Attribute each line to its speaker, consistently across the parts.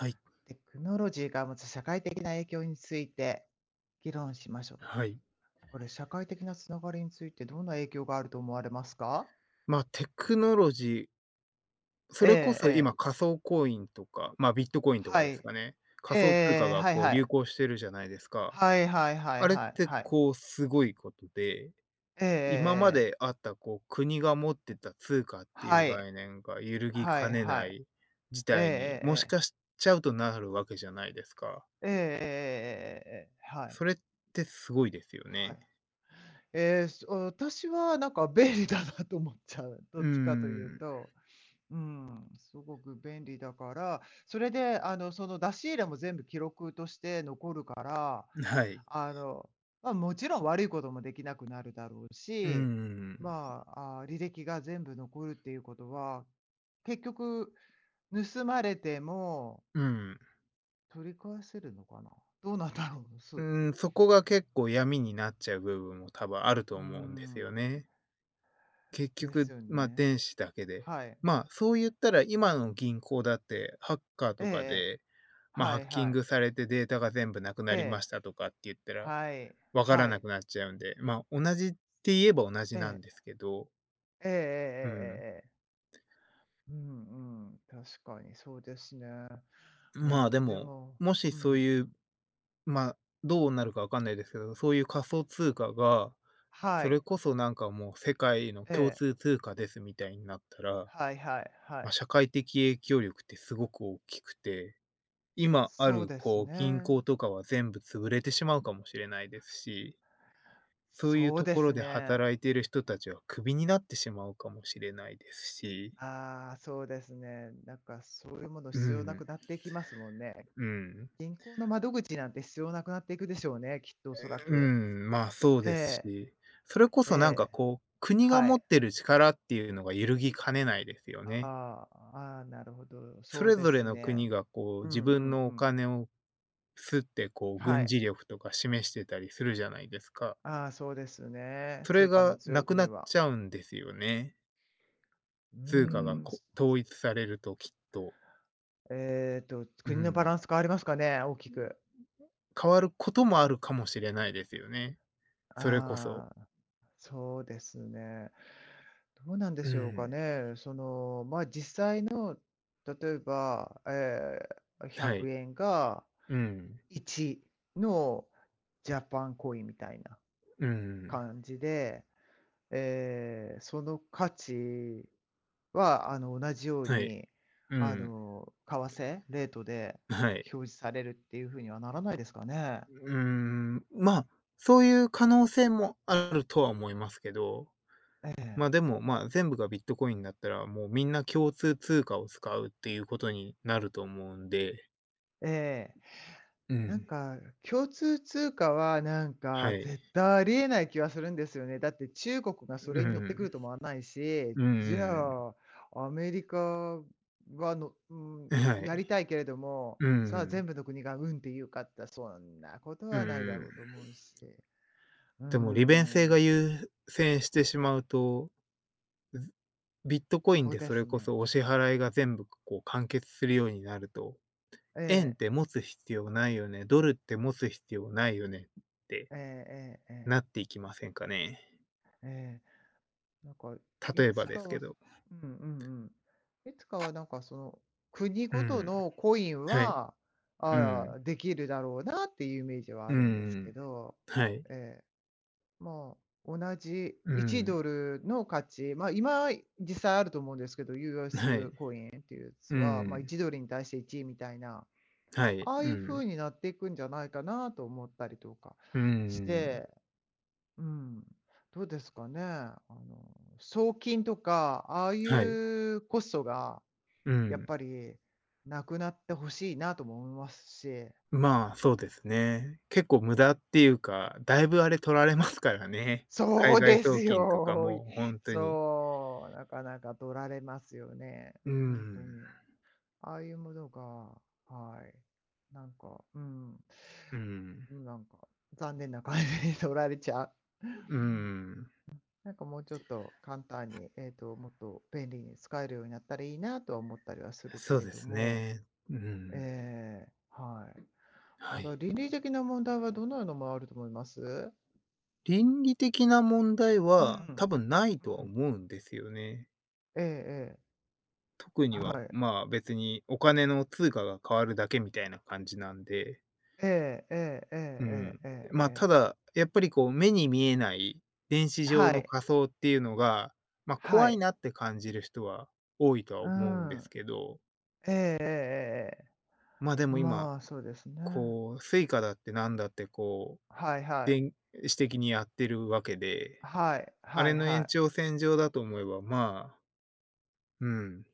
Speaker 1: はい。
Speaker 2: テクノロジーが持つ社会的な影響について議論しましょう。
Speaker 1: はい。
Speaker 2: これ、社会的なつながりについてどんな影響があると思われますか。
Speaker 1: テクノロジー、そ
Speaker 2: ええ
Speaker 1: れこそ今
Speaker 2: ええ。
Speaker 1: 仮想コインとか、ビットコインとか
Speaker 2: はい。
Speaker 1: ですかね。
Speaker 2: え
Speaker 1: 仮
Speaker 2: え
Speaker 1: 想通貨
Speaker 2: え
Speaker 1: がこう流
Speaker 2: え
Speaker 1: 行してるじゃないですか。
Speaker 2: はいはいはいはいはい
Speaker 1: あれっ
Speaker 2: はい
Speaker 1: て
Speaker 2: はい。
Speaker 1: こうすごいことで、
Speaker 2: え
Speaker 1: 今まであったこう国が持ってた通
Speaker 2: えええええ。
Speaker 1: 貨ってい
Speaker 2: は
Speaker 1: う
Speaker 2: い。
Speaker 1: 概念が揺るぎ
Speaker 2: は
Speaker 1: か
Speaker 2: い
Speaker 1: ね
Speaker 2: は
Speaker 1: な
Speaker 2: い。
Speaker 1: い事
Speaker 2: えええええ
Speaker 1: 態に、もし
Speaker 2: え。
Speaker 1: かしちゃうとなるわけじゃないですか。
Speaker 2: えええええええええええええ。はい。
Speaker 1: それってすごいですよ
Speaker 2: はい。
Speaker 1: ね。
Speaker 2: ええ、私はなんか便利だなと思っちゃう。
Speaker 1: う
Speaker 2: ど
Speaker 1: ー
Speaker 2: っちかという
Speaker 1: ん、
Speaker 2: と、うん、すごく便利だから、それで、その出し入れも全部記録として残るから、
Speaker 1: はい。
Speaker 2: あの、まあ、もちろん悪いこともできなくなるだろう
Speaker 1: うー
Speaker 2: し、
Speaker 1: ん、
Speaker 2: まあ、履歴が全部残るっていうことは、結局盗まれても
Speaker 1: うん。
Speaker 2: 取り返せるのかな？どうなんだろう？す
Speaker 1: う
Speaker 2: う
Speaker 1: そこが結構闇になっちゃう部分も多分あると思うんです
Speaker 2: ん、
Speaker 1: よね。結
Speaker 2: です
Speaker 1: 局、
Speaker 2: よね。
Speaker 1: 電子だけで。
Speaker 2: はい。
Speaker 1: そう言ったら今の銀行だってハッカーとか
Speaker 2: ええ、
Speaker 1: で、ハ
Speaker 2: はい
Speaker 1: ッキ
Speaker 2: は
Speaker 1: ン
Speaker 2: い。
Speaker 1: グされてデータが全部なく
Speaker 2: え
Speaker 1: なりま
Speaker 2: え。
Speaker 1: したとかって言ったら、
Speaker 2: はい。
Speaker 1: わから
Speaker 2: は
Speaker 1: な
Speaker 2: い。
Speaker 1: くなっちゃうんで、同じって言えば同じ
Speaker 2: え
Speaker 1: なんで
Speaker 2: え。
Speaker 1: すけど、
Speaker 2: えええ
Speaker 1: うん。
Speaker 2: えええええ。うんうん、確かにそうですね。
Speaker 1: ま
Speaker 2: ま
Speaker 1: あ、
Speaker 2: あ、
Speaker 1: で
Speaker 2: で
Speaker 1: も、
Speaker 2: も、
Speaker 1: もし
Speaker 2: う
Speaker 1: そう
Speaker 2: んう
Speaker 1: いう
Speaker 2: ん。
Speaker 1: まあ、どうなるかわかんないですけど、そういう仮想通貨が、
Speaker 2: は
Speaker 1: それ
Speaker 2: い。
Speaker 1: こそなんかもう世界の
Speaker 2: え
Speaker 1: 共
Speaker 2: え。
Speaker 1: 通通貨ですみたいになったら、
Speaker 2: はいはいはい。
Speaker 1: 社会的影響力ってすごく大きくて、今あ
Speaker 2: そう
Speaker 1: る
Speaker 2: です
Speaker 1: こう銀
Speaker 2: ね。
Speaker 1: 行とかは全部潰れてしまうかもしれないですし、そういう
Speaker 2: そう
Speaker 1: と
Speaker 2: で
Speaker 1: ころ
Speaker 2: す
Speaker 1: で
Speaker 2: ね。
Speaker 1: 働いている人たちはクビになってしまうかもしれないですし、
Speaker 2: ああ、そうですね。なんかそういうもの
Speaker 1: う
Speaker 2: 必要なく
Speaker 1: ん、
Speaker 2: なっていきますもんね。
Speaker 1: うん。
Speaker 2: 銀行の窓口なんて必要なくなっていくでしょうね、きっとおそらく。
Speaker 1: そう
Speaker 2: え
Speaker 1: ですし、それこ
Speaker 2: え、え
Speaker 1: そ
Speaker 2: え、
Speaker 1: こう、国が
Speaker 2: は
Speaker 1: 持っ
Speaker 2: い。
Speaker 1: てる力っていうのが揺るぎかねないですよね。
Speaker 2: ああ、ああ、なるほど。
Speaker 1: そ
Speaker 2: そう
Speaker 1: れ
Speaker 2: で
Speaker 1: ぞれ
Speaker 2: す
Speaker 1: の
Speaker 2: ね。
Speaker 1: 国がこう、
Speaker 2: う
Speaker 1: 自
Speaker 2: んう
Speaker 1: 分
Speaker 2: ん
Speaker 1: の
Speaker 2: う
Speaker 1: お
Speaker 2: ん。
Speaker 1: 金をすってこう、
Speaker 2: は
Speaker 1: 軍
Speaker 2: い。
Speaker 1: 事力とか示してたりするじゃないですか。
Speaker 2: ああ、そうですね。
Speaker 1: それ
Speaker 2: 通貨の
Speaker 1: が
Speaker 2: 強い
Speaker 1: なくな
Speaker 2: 国
Speaker 1: っ
Speaker 2: は。
Speaker 1: ちゃうんですよね。
Speaker 2: うー
Speaker 1: 通貨が
Speaker 2: ん、
Speaker 1: こ統一されるときっと。う
Speaker 2: 国のバ
Speaker 1: ん。
Speaker 2: ランス変わりますかね、大きく。
Speaker 1: 変わることもあるかもしれないですよね。それこそ。
Speaker 2: ああ、そうですね。どうなんで
Speaker 1: う
Speaker 2: しょうか
Speaker 1: ん。
Speaker 2: ね。その、まあ、実際の、例えば、えーひゃ
Speaker 1: は
Speaker 2: く
Speaker 1: い。
Speaker 2: え、100円が
Speaker 1: うん。
Speaker 2: 1のジャパンコインみたいな
Speaker 1: うん。
Speaker 2: 感じで、その価値は、同じよう
Speaker 1: はい。
Speaker 2: に、
Speaker 1: うん。
Speaker 2: 為替レートで
Speaker 1: はい。
Speaker 2: 表示されるっていうふうにはならないですかね？
Speaker 1: うーん、まあ、そういう可能性もあるとは思いますけど、
Speaker 2: え
Speaker 1: ま
Speaker 2: え。
Speaker 1: あ、でも、まあ、全部がビットコインだったら、もうみんな共通通貨を使うっていうことになると思うんで。
Speaker 2: ええ。
Speaker 1: う
Speaker 2: なん
Speaker 1: ん。
Speaker 2: か、共通通貨は、なん
Speaker 1: は
Speaker 2: か、
Speaker 1: い。
Speaker 2: 絶対ありえない気はするんですよね。だって中国がそ
Speaker 1: う
Speaker 2: れに乗ってくる
Speaker 1: ん。
Speaker 2: と思わないし、
Speaker 1: う
Speaker 2: じ
Speaker 1: ん
Speaker 2: ゃあ、アメリカがのうん、
Speaker 1: うん。は
Speaker 2: やりた
Speaker 1: い。
Speaker 2: いけれども、
Speaker 1: う
Speaker 2: さあ、全
Speaker 1: ん。
Speaker 2: 部の国が「うん」って言うかって、そんなこと
Speaker 1: う
Speaker 2: はないだろ
Speaker 1: ん。
Speaker 2: うと思うし。うー
Speaker 1: でも利便性が
Speaker 2: ん、
Speaker 1: 優先してしまうと、ずビットコイン
Speaker 2: そう
Speaker 1: で
Speaker 2: で
Speaker 1: そ
Speaker 2: す
Speaker 1: れこ
Speaker 2: ね。
Speaker 1: そお支払いが全部こう完結するようになると、
Speaker 2: え
Speaker 1: 円っ
Speaker 2: え、
Speaker 1: て持つ必要ないよね、ドルって持つ必要ないよねって
Speaker 2: えええええ
Speaker 1: な
Speaker 2: え、
Speaker 1: っていきませんかね。
Speaker 2: ええ、なんかい
Speaker 1: 例え
Speaker 2: つ
Speaker 1: ばで
Speaker 2: か
Speaker 1: すけ
Speaker 2: は、
Speaker 1: ど。
Speaker 2: うんうんうん。いつかはなんかその、国
Speaker 1: う
Speaker 2: ごと
Speaker 1: ん。
Speaker 2: のコイン
Speaker 1: はい。
Speaker 2: は、
Speaker 1: う
Speaker 2: あ
Speaker 1: ん。
Speaker 2: あ、できるだろうなっていうイメージはあ
Speaker 1: う
Speaker 2: るんですけ
Speaker 1: ん。
Speaker 2: ど、
Speaker 1: はい。
Speaker 2: ええ、まあ、同じ
Speaker 1: うん。
Speaker 2: $1 の価値、まあ、今実際あると思うんですけど、
Speaker 1: は
Speaker 2: US
Speaker 1: い。
Speaker 2: コインっていうや
Speaker 1: う
Speaker 2: つは、まあ、い
Speaker 1: ん。
Speaker 2: ちドルに対して1みたいな、
Speaker 1: はい。
Speaker 2: ああ
Speaker 1: う
Speaker 2: いう風
Speaker 1: ん。
Speaker 2: になっていくんじゃないかなと思ったりとか
Speaker 1: う
Speaker 2: し
Speaker 1: ん。
Speaker 2: て、うん。どうですかね。送金とか、ああい
Speaker 1: はい。
Speaker 2: うコストが
Speaker 1: う
Speaker 2: やっ
Speaker 1: ん。
Speaker 2: ぱりなくなってほしいなとも思いますし。
Speaker 1: そうですね。結構無駄っていうか、だいぶあれ取られますからね。
Speaker 2: そ
Speaker 1: 海
Speaker 2: う
Speaker 1: 外
Speaker 2: です
Speaker 1: 送金とか
Speaker 2: よ。
Speaker 1: も本当に。
Speaker 2: そう、なかなか取られますよね。
Speaker 1: う
Speaker 2: 本当
Speaker 1: ん。
Speaker 2: に。ああいうものが、はい。なんか、うん。
Speaker 1: うん。
Speaker 2: うん、なんか、残念な感じに取られちゃう。
Speaker 1: うん。
Speaker 2: なんかもうちょっと簡単に、もっと便利に使えるようになったらいいなとは思ったりはするけ
Speaker 1: そう
Speaker 2: れ
Speaker 1: で
Speaker 2: ど
Speaker 1: す
Speaker 2: も、
Speaker 1: ね。うん。
Speaker 2: はい。
Speaker 1: は
Speaker 2: また
Speaker 1: い。
Speaker 2: 倫理的な問題はどのようなものあると思います？
Speaker 1: 倫理的な問題
Speaker 2: う
Speaker 1: は多
Speaker 2: ん、
Speaker 1: 分ない
Speaker 2: う
Speaker 1: とは
Speaker 2: ん、
Speaker 1: 思うんですよね。
Speaker 2: ええ、ええ、
Speaker 1: 特に
Speaker 2: は
Speaker 1: は、
Speaker 2: い。
Speaker 1: 別にお金の通貨が変わるだけみたいな感じなんで。
Speaker 2: ええ、ええ、え
Speaker 1: う
Speaker 2: え、
Speaker 1: ん。
Speaker 2: ええ、え
Speaker 1: ま、た
Speaker 2: え、
Speaker 1: だ、やっぱりこう目に見えない電子
Speaker 2: は
Speaker 1: 上の
Speaker 2: い、
Speaker 1: 仮想っていうのが、ま、
Speaker 2: は
Speaker 1: 怖い
Speaker 2: い、
Speaker 1: なって感じる人は多いとは
Speaker 2: う
Speaker 1: 思うんです
Speaker 2: ん、
Speaker 1: けど、
Speaker 2: ええ、ええ、ええ、
Speaker 1: ま、でも今、
Speaker 2: まあ、そうですね。
Speaker 1: こう s u だってなんだってこう、
Speaker 2: はい、はい、
Speaker 1: 電子的にやってるわけで、
Speaker 2: はい、
Speaker 1: あ
Speaker 2: は
Speaker 1: れ
Speaker 2: い、
Speaker 1: の
Speaker 2: は
Speaker 1: 延
Speaker 2: い、
Speaker 1: 長線上だと思えば、うん。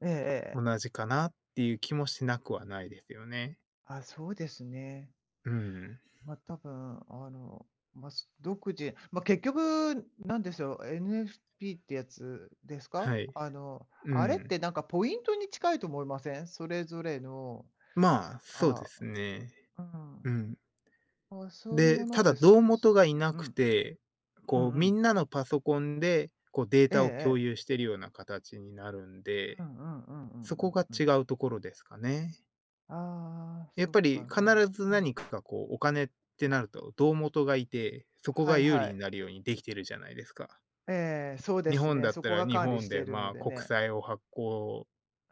Speaker 2: ええ、ええ、
Speaker 1: 同じかなっていう気もしなくはないですよね。
Speaker 2: あ、そうですね。
Speaker 1: うん。
Speaker 2: まあ、多分、まあ、独自、まあ、結局、なんですよ、 NFP ってやつですか？
Speaker 1: はい。う
Speaker 2: あれっ
Speaker 1: ん。
Speaker 2: てなんかポイントに近いと思いません？それぞれの、
Speaker 1: そうで
Speaker 2: あ、
Speaker 1: すね。
Speaker 2: うん。
Speaker 1: うん。
Speaker 2: あ、そういうも
Speaker 1: で、
Speaker 2: のっ
Speaker 1: ただ
Speaker 2: て、
Speaker 1: 胴元がいな
Speaker 2: うんう
Speaker 1: く
Speaker 2: ん。
Speaker 1: て、
Speaker 2: う
Speaker 1: こ
Speaker 2: んう
Speaker 1: うみ
Speaker 2: ん。
Speaker 1: んなのパソコンで、こうデー
Speaker 2: ええ
Speaker 1: タを共
Speaker 2: え
Speaker 1: 有
Speaker 2: え。
Speaker 1: しているような形になるん
Speaker 2: う
Speaker 1: で、
Speaker 2: んうんうんうん
Speaker 1: そ
Speaker 2: う
Speaker 1: こ
Speaker 2: ん
Speaker 1: が
Speaker 2: うん。
Speaker 1: 違うところですかね。
Speaker 2: ああ、
Speaker 1: や
Speaker 2: そ
Speaker 1: っ
Speaker 2: っ
Speaker 1: ぱり
Speaker 2: か、
Speaker 1: 必
Speaker 2: ま
Speaker 1: ず
Speaker 2: あ、う
Speaker 1: 何
Speaker 2: ん。
Speaker 1: かこうお金ってなると胴元がいて、そこ
Speaker 2: は
Speaker 1: が
Speaker 2: い
Speaker 1: 有
Speaker 2: は
Speaker 1: 利に
Speaker 2: い。
Speaker 1: なるようにできてるじゃないですか。
Speaker 2: ええ、そうで
Speaker 1: 日
Speaker 2: す
Speaker 1: 本
Speaker 2: ね、
Speaker 1: だっ
Speaker 2: そ
Speaker 1: た
Speaker 2: こ
Speaker 1: ら
Speaker 2: が
Speaker 1: 日
Speaker 2: 管理
Speaker 1: 本
Speaker 2: してい
Speaker 1: で、
Speaker 2: るので
Speaker 1: 国
Speaker 2: ね。
Speaker 1: 債を発行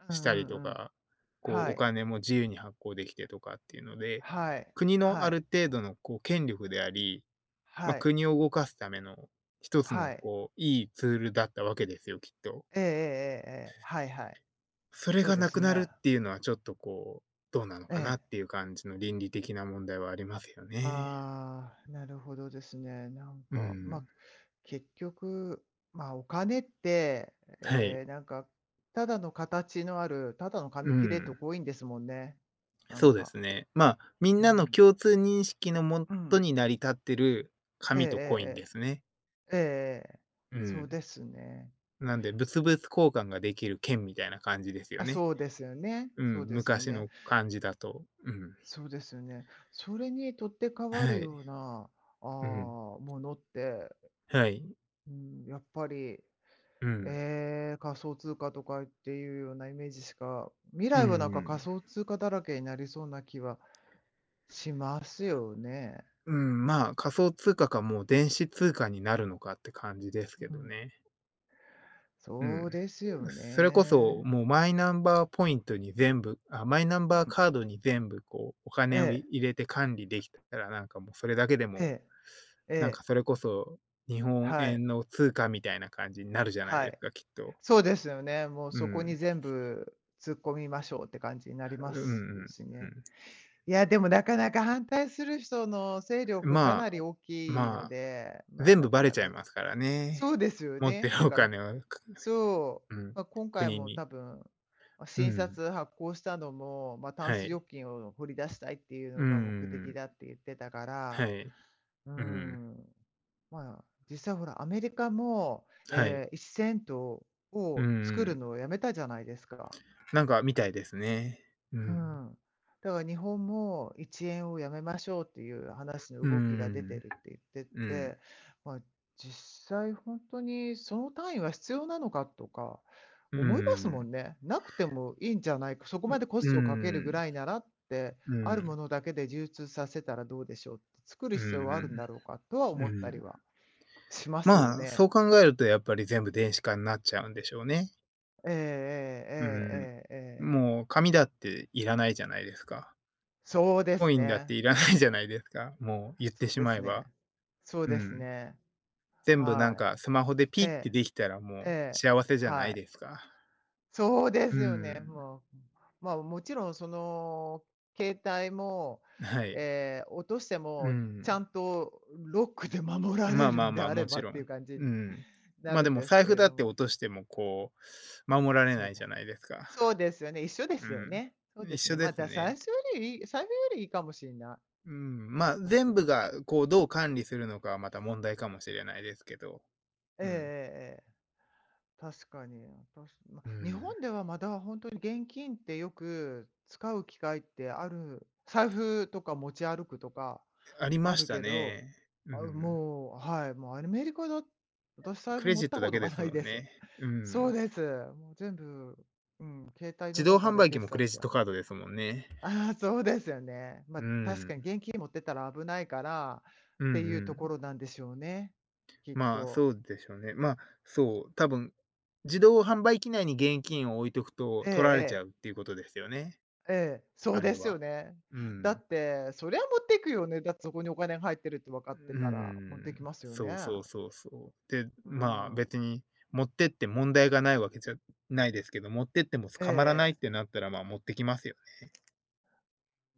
Speaker 2: う
Speaker 1: し
Speaker 2: んう
Speaker 1: たりと
Speaker 2: んうん。
Speaker 1: か、こう、
Speaker 2: は
Speaker 1: お
Speaker 2: い。
Speaker 1: 金も自由に発行できてとかっていうので、
Speaker 2: はい。
Speaker 1: 国の
Speaker 2: は
Speaker 1: あ
Speaker 2: い。
Speaker 1: る程度のこう、権力であり、
Speaker 2: はい。
Speaker 1: 国を動かすための一つ
Speaker 2: は
Speaker 1: の
Speaker 2: い。
Speaker 1: こう、いいツールだったわけですよ、きっと。
Speaker 2: ええええええええ。はいはい。
Speaker 1: それ
Speaker 2: そう
Speaker 1: が
Speaker 2: で
Speaker 1: な
Speaker 2: す
Speaker 1: くなるっ
Speaker 2: ね。
Speaker 1: ていうのはちょっとこう、どうなの
Speaker 2: え
Speaker 1: かな
Speaker 2: え。
Speaker 1: っていう感じの倫理的な問題はありますよね。
Speaker 2: ああ、なるほどですね。なん
Speaker 1: う
Speaker 2: か、まあ、
Speaker 1: ん。
Speaker 2: 結局、まあ、お金って、
Speaker 1: はい。
Speaker 2: なんか、ただの形のある、ただの
Speaker 1: う
Speaker 2: 紙切れと
Speaker 1: ん。
Speaker 2: こ多いんですもんね。なん
Speaker 1: そうで
Speaker 2: か。
Speaker 1: すね。みん
Speaker 2: う
Speaker 1: なの
Speaker 2: ん。
Speaker 1: 共通認識のも
Speaker 2: う
Speaker 1: と
Speaker 2: ん。
Speaker 1: に成り立ってる
Speaker 2: え
Speaker 1: 紙とコイン
Speaker 2: え
Speaker 1: ですね。
Speaker 2: ええええ。ええええ。
Speaker 1: う
Speaker 2: そう
Speaker 1: ん。
Speaker 2: ですね。
Speaker 1: なんで、物々交換ができる券みたいな感じですよ
Speaker 2: あ、
Speaker 1: ね。
Speaker 2: そうですよね。
Speaker 1: う
Speaker 2: そう
Speaker 1: ん、
Speaker 2: ですよ
Speaker 1: 昔
Speaker 2: ね。
Speaker 1: の感じだと。うん。
Speaker 2: そうですよね。それに取って代わ
Speaker 1: は
Speaker 2: る
Speaker 1: い。
Speaker 2: ような、ああ、
Speaker 1: うん。
Speaker 2: ものって、
Speaker 1: はい。
Speaker 2: うん、やっぱり、
Speaker 1: うん。
Speaker 2: ええ、仮想通貨とかっていうようなイメージしか、未
Speaker 1: う
Speaker 2: 来はなんか
Speaker 1: ん。
Speaker 2: 仮想通貨だらけになりそうな気はしますよね。
Speaker 1: うん、仮想通貨かもう電子通貨になるのかって感じですけ
Speaker 2: う
Speaker 1: ど
Speaker 2: ん、
Speaker 1: ね。うん。
Speaker 2: そうですよ
Speaker 1: それこそ、
Speaker 2: ね。
Speaker 1: もうマイナンバーポイントに全部あ、マイナン
Speaker 2: うん。う
Speaker 1: バー
Speaker 2: ん、
Speaker 1: カードに全部こう、お
Speaker 2: え
Speaker 1: 金を
Speaker 2: え、
Speaker 1: 入れて管理できたら、なんかもうそれだけで
Speaker 2: え
Speaker 1: も、
Speaker 2: え、え
Speaker 1: なんか
Speaker 2: え、
Speaker 1: それこそ日本
Speaker 2: はい、
Speaker 1: 円の通貨みたいな感じになるじゃない
Speaker 2: は
Speaker 1: です
Speaker 2: い。
Speaker 1: か、きっと。
Speaker 2: そうですよね。もう
Speaker 1: う
Speaker 2: そこに
Speaker 1: ん。
Speaker 2: 全部突っ込みましょうって感じになりま
Speaker 1: うんう
Speaker 2: す
Speaker 1: ん
Speaker 2: し
Speaker 1: う
Speaker 2: ね。
Speaker 1: ん。
Speaker 2: いや、でもなかなか反対する人の勢力か
Speaker 1: ま
Speaker 2: な
Speaker 1: あ、
Speaker 2: り大きいの
Speaker 1: まあ、
Speaker 2: で、まあ、
Speaker 1: 全
Speaker 2: な
Speaker 1: 部
Speaker 2: か
Speaker 1: バレ
Speaker 2: な
Speaker 1: ちゃい
Speaker 2: か。
Speaker 1: ますから
Speaker 2: そ
Speaker 1: ね。
Speaker 2: うですよ
Speaker 1: 持って
Speaker 2: ね。
Speaker 1: る
Speaker 2: だ
Speaker 1: お
Speaker 2: から、
Speaker 1: 金は、
Speaker 2: そ
Speaker 1: う
Speaker 2: う、
Speaker 1: ん、
Speaker 2: まあ、今回
Speaker 1: 国
Speaker 2: も
Speaker 1: に。
Speaker 2: 多分、ま、
Speaker 1: う
Speaker 2: 新
Speaker 1: ん。
Speaker 2: 札発行したのも、まあ、タン
Speaker 1: は
Speaker 2: ス預
Speaker 1: い。
Speaker 2: 金を掘り出したいっていう
Speaker 1: う
Speaker 2: の
Speaker 1: ん
Speaker 2: が目
Speaker 1: う
Speaker 2: 的
Speaker 1: ん。
Speaker 2: だって言ってたから、
Speaker 1: はい。
Speaker 2: う
Speaker 1: うん。
Speaker 2: ん、まあ、実際ほらアメリカも、
Speaker 1: はい。
Speaker 2: ええ、1セント
Speaker 1: うん
Speaker 2: を
Speaker 1: う
Speaker 2: 作る
Speaker 1: ん。
Speaker 2: のをやめたじゃないですか。
Speaker 1: なんかみたいですね。う
Speaker 2: う
Speaker 1: ん。
Speaker 2: ん。だから日本も一円をやめましょうっていう話の
Speaker 1: うー
Speaker 2: 動きが出て
Speaker 1: ん。
Speaker 2: るって言って
Speaker 1: うん。
Speaker 2: て、まあ、実際本当にその単位は必要なのかとか
Speaker 1: うー
Speaker 2: 思います
Speaker 1: ん。
Speaker 2: もんね。なくてもいいんじゃないか、そこまでコ
Speaker 1: う
Speaker 2: ス
Speaker 1: ー
Speaker 2: トをかけるぐ
Speaker 1: ん。
Speaker 2: らいならって、
Speaker 1: う
Speaker 2: あるも
Speaker 1: ん。
Speaker 2: のだけで流通させたらどうでしょうって、作る
Speaker 1: う
Speaker 2: 必要はあるん
Speaker 1: ん
Speaker 2: だろうかとは
Speaker 1: うん。う
Speaker 2: 思ったり
Speaker 1: ん。
Speaker 2: はしますよね。
Speaker 1: そう考えるとやっぱり全部電子化になっちゃうんでしょうね。
Speaker 2: え
Speaker 1: うん。
Speaker 2: えええええええ。
Speaker 1: もう紙だっていらないじゃないですか。
Speaker 2: そうで
Speaker 1: コ
Speaker 2: す
Speaker 1: インだって
Speaker 2: ね。
Speaker 1: いらないじゃないですか。もう言って
Speaker 2: そう
Speaker 1: し
Speaker 2: で
Speaker 1: ま
Speaker 2: す
Speaker 1: えば。
Speaker 2: ね。そう
Speaker 1: う
Speaker 2: です
Speaker 1: ん。
Speaker 2: ね。
Speaker 1: 全部なん
Speaker 2: はい。
Speaker 1: かスマホでピッ
Speaker 2: え
Speaker 1: てできたら
Speaker 2: え、え
Speaker 1: もう
Speaker 2: え、
Speaker 1: 幸せじゃな
Speaker 2: は
Speaker 1: い
Speaker 2: い。
Speaker 1: ですか。
Speaker 2: そうで
Speaker 1: う
Speaker 2: すよね。
Speaker 1: ん。
Speaker 2: もう、まあ、もちろんその携帯も、
Speaker 1: はい。
Speaker 2: ええ、落として
Speaker 1: う
Speaker 2: もちゃ
Speaker 1: ん。
Speaker 2: んとロックで守られ
Speaker 1: まあ
Speaker 2: る
Speaker 1: まあ
Speaker 2: んで
Speaker 1: まあ、
Speaker 2: あれ
Speaker 1: もち
Speaker 2: ばっ
Speaker 1: ろ
Speaker 2: ていう
Speaker 1: ん。
Speaker 2: 感じ
Speaker 1: う
Speaker 2: に
Speaker 1: ん。
Speaker 2: な
Speaker 1: ま、
Speaker 2: る
Speaker 1: で
Speaker 2: ん
Speaker 1: も
Speaker 2: です
Speaker 1: 財
Speaker 2: け
Speaker 1: 布
Speaker 2: れ
Speaker 1: だっ
Speaker 2: ど
Speaker 1: て
Speaker 2: も。
Speaker 1: 落としてもこう、守られ
Speaker 2: そう
Speaker 1: ない
Speaker 2: で
Speaker 1: じ
Speaker 2: す。
Speaker 1: ゃないですか。
Speaker 2: そうですよね、一緒で
Speaker 1: う
Speaker 2: すよ
Speaker 1: ん。
Speaker 2: ね。そうで
Speaker 1: 一
Speaker 2: す
Speaker 1: 緒
Speaker 2: ね。ま
Speaker 1: で
Speaker 2: あ、
Speaker 1: すね。
Speaker 2: 財布よりいいかもしれない、
Speaker 1: うん、ま、
Speaker 2: 私
Speaker 1: 全部
Speaker 2: は。
Speaker 1: がこう、どう管理するのかはまた問題かもしれないですけど。
Speaker 2: ええええ
Speaker 1: うん。
Speaker 2: ええ。確かに。私、ま、
Speaker 1: う
Speaker 2: 日
Speaker 1: ん。
Speaker 2: 本ではまだ本当に現金ってよく使う機会ってある、財布とか持ち歩くとか
Speaker 1: あり
Speaker 2: あ
Speaker 1: まし
Speaker 2: る
Speaker 1: た
Speaker 2: けど、
Speaker 1: ね。う
Speaker 2: あ、
Speaker 1: ん。
Speaker 2: もう、はい、もうアメリカだ、私財
Speaker 1: ク
Speaker 2: 布
Speaker 1: レ
Speaker 2: 持っ
Speaker 1: ジッ
Speaker 2: た
Speaker 1: ト
Speaker 2: こ
Speaker 1: だ
Speaker 2: と
Speaker 1: け
Speaker 2: が
Speaker 1: です
Speaker 2: ない
Speaker 1: も
Speaker 2: で
Speaker 1: ん
Speaker 2: す。
Speaker 1: ね。う
Speaker 2: そう
Speaker 1: ん。
Speaker 2: です。もう全部、うん、携帯の
Speaker 1: 自動
Speaker 2: 中
Speaker 1: 販
Speaker 2: で
Speaker 1: 売機
Speaker 2: 決
Speaker 1: もク
Speaker 2: 済
Speaker 1: レ
Speaker 2: し
Speaker 1: ジ
Speaker 2: ち
Speaker 1: ッ
Speaker 2: ゃう。
Speaker 1: トカードですもんね。
Speaker 2: ああ、そうですよね。ま
Speaker 1: う
Speaker 2: あ、確か
Speaker 1: ん。
Speaker 2: に現金持ってたら危ないから
Speaker 1: うん
Speaker 2: っ
Speaker 1: う
Speaker 2: ていうとこ
Speaker 1: ん。
Speaker 2: ろなんでしょうね、きっと。
Speaker 1: そうでしょうね。そう、多分、自動販売機内に現金を置いとくと
Speaker 2: ええ
Speaker 1: 取られちゃ
Speaker 2: え
Speaker 1: う
Speaker 2: え。
Speaker 1: っていうことですよね、
Speaker 2: ええ、そう
Speaker 1: あれ
Speaker 2: ですよ
Speaker 1: は。
Speaker 2: ね。
Speaker 1: う
Speaker 2: だ
Speaker 1: ん。
Speaker 2: って、そりゃ持っていくよね。だってそこにお金が入ってるって分かって
Speaker 1: う
Speaker 2: たら、持ってき
Speaker 1: ん。
Speaker 2: ますよね。
Speaker 1: そうそうそうそう。で、
Speaker 2: うーん。
Speaker 1: 別に持ってって問題がないわけじゃないですけど、持ってっても捕まら
Speaker 2: え
Speaker 1: ないっ
Speaker 2: え、
Speaker 1: てなったら、持ってきますよね。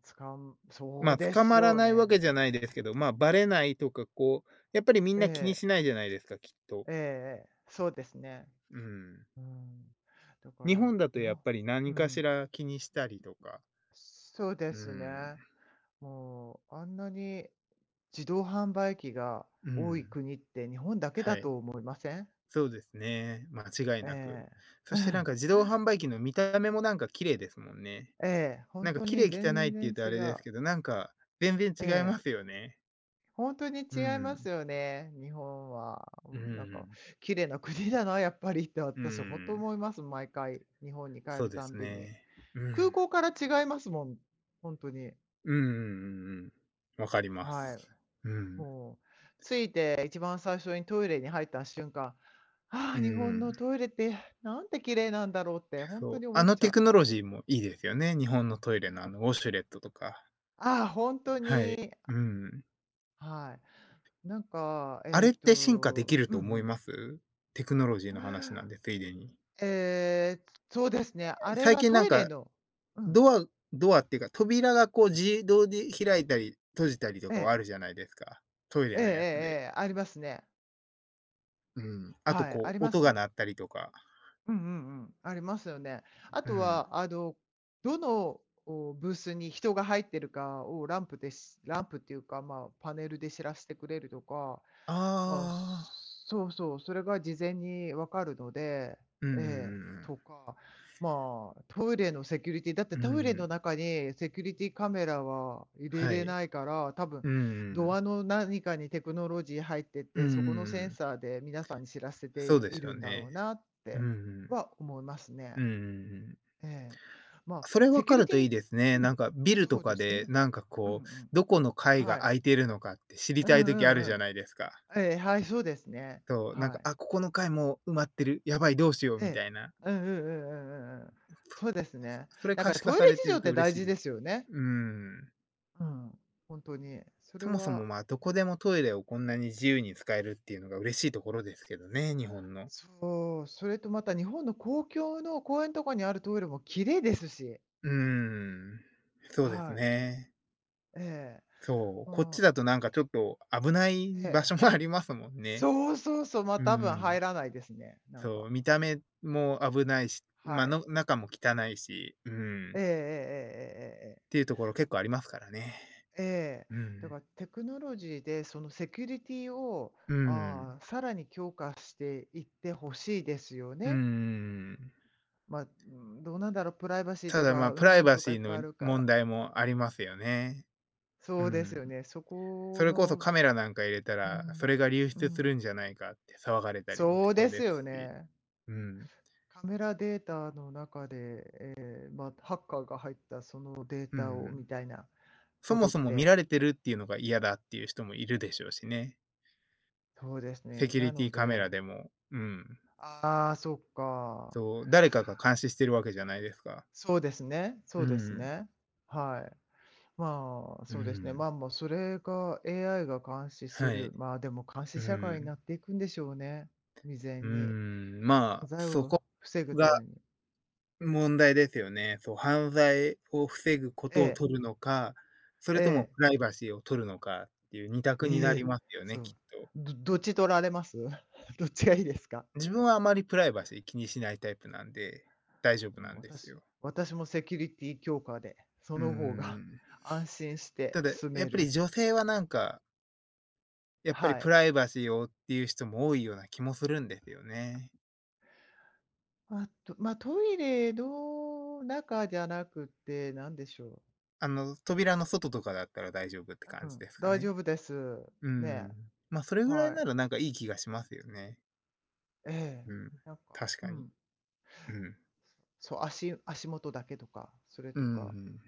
Speaker 2: 使うそうで
Speaker 1: 捕
Speaker 2: し
Speaker 1: ま
Speaker 2: ょ
Speaker 1: ら
Speaker 2: う
Speaker 1: ないわ
Speaker 2: ね。
Speaker 1: けじゃないですけど、バレないとか、こう、やっぱりみん
Speaker 2: え
Speaker 1: な気に
Speaker 2: え、
Speaker 1: しないじゃないですか、きっと。
Speaker 2: ええええ、そうですね。
Speaker 1: うん。
Speaker 2: うん。だか
Speaker 1: 日
Speaker 2: ら、
Speaker 1: 本だ
Speaker 2: 日
Speaker 1: とやっ
Speaker 2: 本、
Speaker 1: ぱり
Speaker 2: う
Speaker 1: 何かし
Speaker 2: ん。
Speaker 1: ら気にしたりとか、
Speaker 2: そうで
Speaker 1: う
Speaker 2: す
Speaker 1: ん。
Speaker 2: ね。もう、あんなに自動販売機が
Speaker 1: う
Speaker 2: 多い
Speaker 1: ん、
Speaker 2: 国って日本だけ
Speaker 1: は
Speaker 2: だ
Speaker 1: い。
Speaker 2: と思いません？
Speaker 1: そうですね。間違いなく。
Speaker 2: ええ。
Speaker 1: そ
Speaker 2: う
Speaker 1: してなん
Speaker 2: ん、
Speaker 1: か自動販売機の見た目もなんか綺麗ですもんね。
Speaker 2: ええ、本
Speaker 1: なんか
Speaker 2: 当
Speaker 1: 綺
Speaker 2: に
Speaker 1: 麗汚いっ
Speaker 2: 全
Speaker 1: て言う
Speaker 2: 然
Speaker 1: と
Speaker 2: 違
Speaker 1: あれです
Speaker 2: う。
Speaker 1: けど、なんか全然違
Speaker 2: え
Speaker 1: い
Speaker 2: え、
Speaker 1: ますよね。
Speaker 2: 本当に
Speaker 1: う
Speaker 2: 違います
Speaker 1: ん。
Speaker 2: よね、日本は。う
Speaker 1: う
Speaker 2: ん、なんか
Speaker 1: ん。
Speaker 2: 綺麗な国だな、やっぱりって
Speaker 1: う
Speaker 2: 私本当
Speaker 1: ん。
Speaker 2: 思います、毎回、日本に帰
Speaker 1: そう
Speaker 2: る
Speaker 1: で
Speaker 2: たん
Speaker 1: す
Speaker 2: びに。
Speaker 1: ね。う
Speaker 2: 空
Speaker 1: ん。
Speaker 2: 港から違いますもん、本当に。
Speaker 1: うんうんうんうん。わかりま
Speaker 2: は
Speaker 1: す。
Speaker 2: い。
Speaker 1: うん。
Speaker 2: もう着いて一番最初にトイレに入った瞬間、ああ、
Speaker 1: う
Speaker 2: 日本
Speaker 1: ん。
Speaker 2: のトイレってなんて綺麗なんだろうって本当
Speaker 1: そう。
Speaker 2: に思
Speaker 1: あ
Speaker 2: っ
Speaker 1: の
Speaker 2: ちゃ
Speaker 1: テ
Speaker 2: う。
Speaker 1: クノロジーもいいですよね。日本のトイ
Speaker 2: う
Speaker 1: レのあ
Speaker 2: ん。
Speaker 1: のウォシュレットとか。
Speaker 2: ああ、本当
Speaker 1: はい。
Speaker 2: に。
Speaker 1: うん。
Speaker 2: はい。なんか、
Speaker 1: あれって進化できる
Speaker 2: う
Speaker 1: と思い
Speaker 2: ん、
Speaker 1: ます？テクノロジー
Speaker 2: う
Speaker 1: の話な
Speaker 2: ん。
Speaker 1: んで、ついでに。
Speaker 2: ええ、そうですね。あれ
Speaker 1: 最
Speaker 2: は
Speaker 1: 近な
Speaker 2: ト
Speaker 1: ん
Speaker 2: イレ
Speaker 1: か、
Speaker 2: の、うん。
Speaker 1: ドアドアっていうか、扉がこう自動で開いたり閉じたりと
Speaker 2: え
Speaker 1: かはあ
Speaker 2: え。
Speaker 1: るじゃないですか。トイレ
Speaker 2: ええええ
Speaker 1: のやつで。
Speaker 2: ええ、ありますね。
Speaker 1: うん。あと
Speaker 2: はい、あ
Speaker 1: こ
Speaker 2: り
Speaker 1: う、
Speaker 2: ま
Speaker 1: 音
Speaker 2: す
Speaker 1: が
Speaker 2: ね。
Speaker 1: 鳴ったりとか。
Speaker 2: うんうんうん、ありますよね。あ
Speaker 1: う
Speaker 2: と
Speaker 1: ん。
Speaker 2: は、どの、お、ブースに人が入ってるかを、ランプっていうか、まあ、パネルで知らしてくれるとか、まあ、
Speaker 1: ああ。
Speaker 2: そうそう、それが事前にわかるので、
Speaker 1: うんう
Speaker 2: ええ、
Speaker 1: ん
Speaker 2: とか、まあ、トイレのセキュリティ、だって
Speaker 1: うんう
Speaker 2: トイレ
Speaker 1: ん。う
Speaker 2: の
Speaker 1: ん
Speaker 2: 中にセキュリティカメラは入れ
Speaker 1: は
Speaker 2: れ
Speaker 1: い。
Speaker 2: ないから、多分
Speaker 1: うんうんう
Speaker 2: ド
Speaker 1: ん。
Speaker 2: アの何かにテクノロジー入って
Speaker 1: うんう
Speaker 2: て、
Speaker 1: ん
Speaker 2: そこの
Speaker 1: う
Speaker 2: セン
Speaker 1: ん。
Speaker 2: サーで皆さんに知らせ
Speaker 1: そう
Speaker 2: て
Speaker 1: で
Speaker 2: い
Speaker 1: すよ
Speaker 2: るんだろう
Speaker 1: ね。
Speaker 2: なっ
Speaker 1: うん
Speaker 2: て
Speaker 1: うん。うん
Speaker 2: は思いますね。
Speaker 1: うんうん。
Speaker 2: ええ。ま
Speaker 1: そ
Speaker 2: あ、
Speaker 1: れ
Speaker 2: セ
Speaker 1: 分
Speaker 2: キュ
Speaker 1: か
Speaker 2: リ
Speaker 1: る
Speaker 2: ティ
Speaker 1: とい
Speaker 2: に、
Speaker 1: いです
Speaker 2: う
Speaker 1: ね。なん
Speaker 2: ん。
Speaker 1: かビル
Speaker 2: そ
Speaker 1: と
Speaker 2: うで
Speaker 1: か
Speaker 2: す
Speaker 1: で、
Speaker 2: ね。
Speaker 1: なんか
Speaker 2: うんう
Speaker 1: こう、
Speaker 2: ん。
Speaker 1: どこの階
Speaker 2: は
Speaker 1: が
Speaker 2: い。
Speaker 1: 空いてるのかって知り
Speaker 2: うんう
Speaker 1: たい時ある
Speaker 2: んう
Speaker 1: じゃ
Speaker 2: ん。
Speaker 1: ないですか。
Speaker 2: ええ、はい、そうですね。
Speaker 1: そう、なん
Speaker 2: は
Speaker 1: か、
Speaker 2: い。
Speaker 1: あ、ここの階もう埋まってる、やばい、どうしよう
Speaker 2: え
Speaker 1: み
Speaker 2: え。
Speaker 1: たいな。
Speaker 2: うんうんうんうんうんうん。そうですね。
Speaker 1: それ
Speaker 2: だか
Speaker 1: 可
Speaker 2: ら
Speaker 1: 視化
Speaker 2: トイレ
Speaker 1: され
Speaker 2: 事
Speaker 1: て
Speaker 2: 情
Speaker 1: る
Speaker 2: っ
Speaker 1: と
Speaker 2: て
Speaker 1: 嬉
Speaker 2: 大
Speaker 1: しい
Speaker 2: 事
Speaker 1: で
Speaker 2: で
Speaker 1: す。
Speaker 2: すよね。
Speaker 1: うーん。
Speaker 2: うん、ほんとに。それ
Speaker 1: そもそ
Speaker 2: は、
Speaker 1: も、ま、あ、どこでもトイレをこんなに自由に使えるっていうのが嬉しいところですけどね、日本の。
Speaker 2: そう、それとまた日本の公共の公園とかにあるトイレも綺麗ですし。
Speaker 1: うーん、そうです
Speaker 2: はい。
Speaker 1: ね。
Speaker 2: ええ。
Speaker 1: そう、こっち
Speaker 2: まあ、
Speaker 1: だとなんかちょっと危ない
Speaker 2: え
Speaker 1: 場
Speaker 2: え。
Speaker 1: 所もありますもんね。
Speaker 2: そうそうそう、ま、
Speaker 1: うー
Speaker 2: 多分
Speaker 1: ん。
Speaker 2: 入らないですね、なん
Speaker 1: そ
Speaker 2: か。
Speaker 1: う、見た目も危ないし、ま、
Speaker 2: はい。
Speaker 1: の中も汚いし、うん、
Speaker 2: え
Speaker 1: っ
Speaker 2: ええ
Speaker 1: ていうところ結構ありますからね。
Speaker 2: えええええええ。ええ。
Speaker 1: う
Speaker 2: だか
Speaker 1: ん。
Speaker 2: らテクノロジーでそのセキュリティを、
Speaker 1: うん。
Speaker 2: ああ、さらに強化していってほしいですよ
Speaker 1: う
Speaker 2: ね。
Speaker 1: ん。
Speaker 2: まあ、うん、どうなんだろう、プライバシー
Speaker 1: た
Speaker 2: と
Speaker 1: だ、
Speaker 2: かう
Speaker 1: プ
Speaker 2: ん
Speaker 1: ラ
Speaker 2: ぬ
Speaker 1: イ
Speaker 2: ん
Speaker 1: バ
Speaker 2: とかい
Speaker 1: シ
Speaker 2: っ
Speaker 1: ー
Speaker 2: ぱいあ
Speaker 1: の
Speaker 2: るから。
Speaker 1: 問題もありますよね。う
Speaker 2: そうです
Speaker 1: ん。
Speaker 2: よね。そ
Speaker 1: そ
Speaker 2: こ
Speaker 1: れこそ
Speaker 2: の、
Speaker 1: カメラなんか入れた
Speaker 2: う
Speaker 1: ら、そ
Speaker 2: ん、
Speaker 1: れが流
Speaker 2: う
Speaker 1: 出す
Speaker 2: ん。
Speaker 1: るんじゃないかって騒がれたりもし
Speaker 2: そう
Speaker 1: そ
Speaker 2: で
Speaker 1: う
Speaker 2: す
Speaker 1: で
Speaker 2: よ
Speaker 1: すし、
Speaker 2: ね。
Speaker 1: うん。
Speaker 2: カメラデータの中で、ええ、まあ、ハッカーが入ったそのデー
Speaker 1: う
Speaker 2: タをみ
Speaker 1: ん。
Speaker 2: たいな
Speaker 1: そ
Speaker 2: こ
Speaker 1: も
Speaker 2: とっ
Speaker 1: そも見
Speaker 2: て、
Speaker 1: られてるっていうのが嫌だっていう人もいるでしょうしね。
Speaker 2: そうですね。
Speaker 1: セキュ
Speaker 2: な
Speaker 1: リテ
Speaker 2: の
Speaker 1: ィカメ
Speaker 2: で、
Speaker 1: ラでも、うん。
Speaker 2: ああ、そっか。
Speaker 1: そう、誰かが監視してるわけじゃないですか。
Speaker 2: そうですね、そ
Speaker 1: う
Speaker 2: うです
Speaker 1: ん、
Speaker 2: ね。はい。まあ、
Speaker 1: う
Speaker 2: そうですね。
Speaker 1: ん、
Speaker 2: まあ、もうそれが AI が監視す
Speaker 1: は
Speaker 2: る、
Speaker 1: い、
Speaker 2: まあ、でも監
Speaker 1: う
Speaker 2: 視社会にな
Speaker 1: ん、
Speaker 2: っていくんでしょうね、未然に。犯罪
Speaker 1: そ
Speaker 2: を
Speaker 1: こ
Speaker 2: 防ぐ
Speaker 1: が
Speaker 2: ために。
Speaker 1: 問題ですよね。そう、犯罪を防ぐこ
Speaker 2: え
Speaker 1: とを
Speaker 2: え、
Speaker 1: 取るのか、それとも
Speaker 2: え
Speaker 1: プライバシーを取るのかっていう二
Speaker 2: え、
Speaker 1: 択にな
Speaker 2: え
Speaker 1: り
Speaker 2: え、
Speaker 1: ますよ
Speaker 2: そ
Speaker 1: ね、きっ
Speaker 2: う。
Speaker 1: と。
Speaker 2: どっち取られます？どっちがいいですか？
Speaker 1: 自分はあまりプライバシー気にしないタイプなんで、大丈夫
Speaker 2: うん、
Speaker 1: なんですよ。
Speaker 2: 私もセキュリティ強化で、そ
Speaker 1: う
Speaker 2: の方が
Speaker 1: ん。
Speaker 2: 安心して
Speaker 1: ただ、
Speaker 2: 住
Speaker 1: や
Speaker 2: め
Speaker 1: っぱり
Speaker 2: る。
Speaker 1: 女性はなんか、やっぱり
Speaker 2: は
Speaker 1: プ
Speaker 2: い。
Speaker 1: ライバシーをっていう人も多いような気もするんですよね。
Speaker 2: あと、まあ、トイレの中じゃなくて、なんでしょう。
Speaker 1: あの、扉の外とかだったら大丈夫って
Speaker 2: う
Speaker 1: 感じ
Speaker 2: ん、
Speaker 1: ですか
Speaker 2: 大丈
Speaker 1: ね。
Speaker 2: 夫です。
Speaker 1: う
Speaker 2: ね、
Speaker 1: ん。それぐらい
Speaker 2: は
Speaker 1: な
Speaker 2: い。
Speaker 1: らなんかいい気がしますよね。
Speaker 2: ええ。
Speaker 1: うん、
Speaker 2: なんか、
Speaker 1: 確
Speaker 2: う
Speaker 1: かに。
Speaker 2: ん、
Speaker 1: うん。
Speaker 2: そう、足元だけとか、それ
Speaker 1: うん
Speaker 2: と
Speaker 1: う
Speaker 2: か。
Speaker 1: ん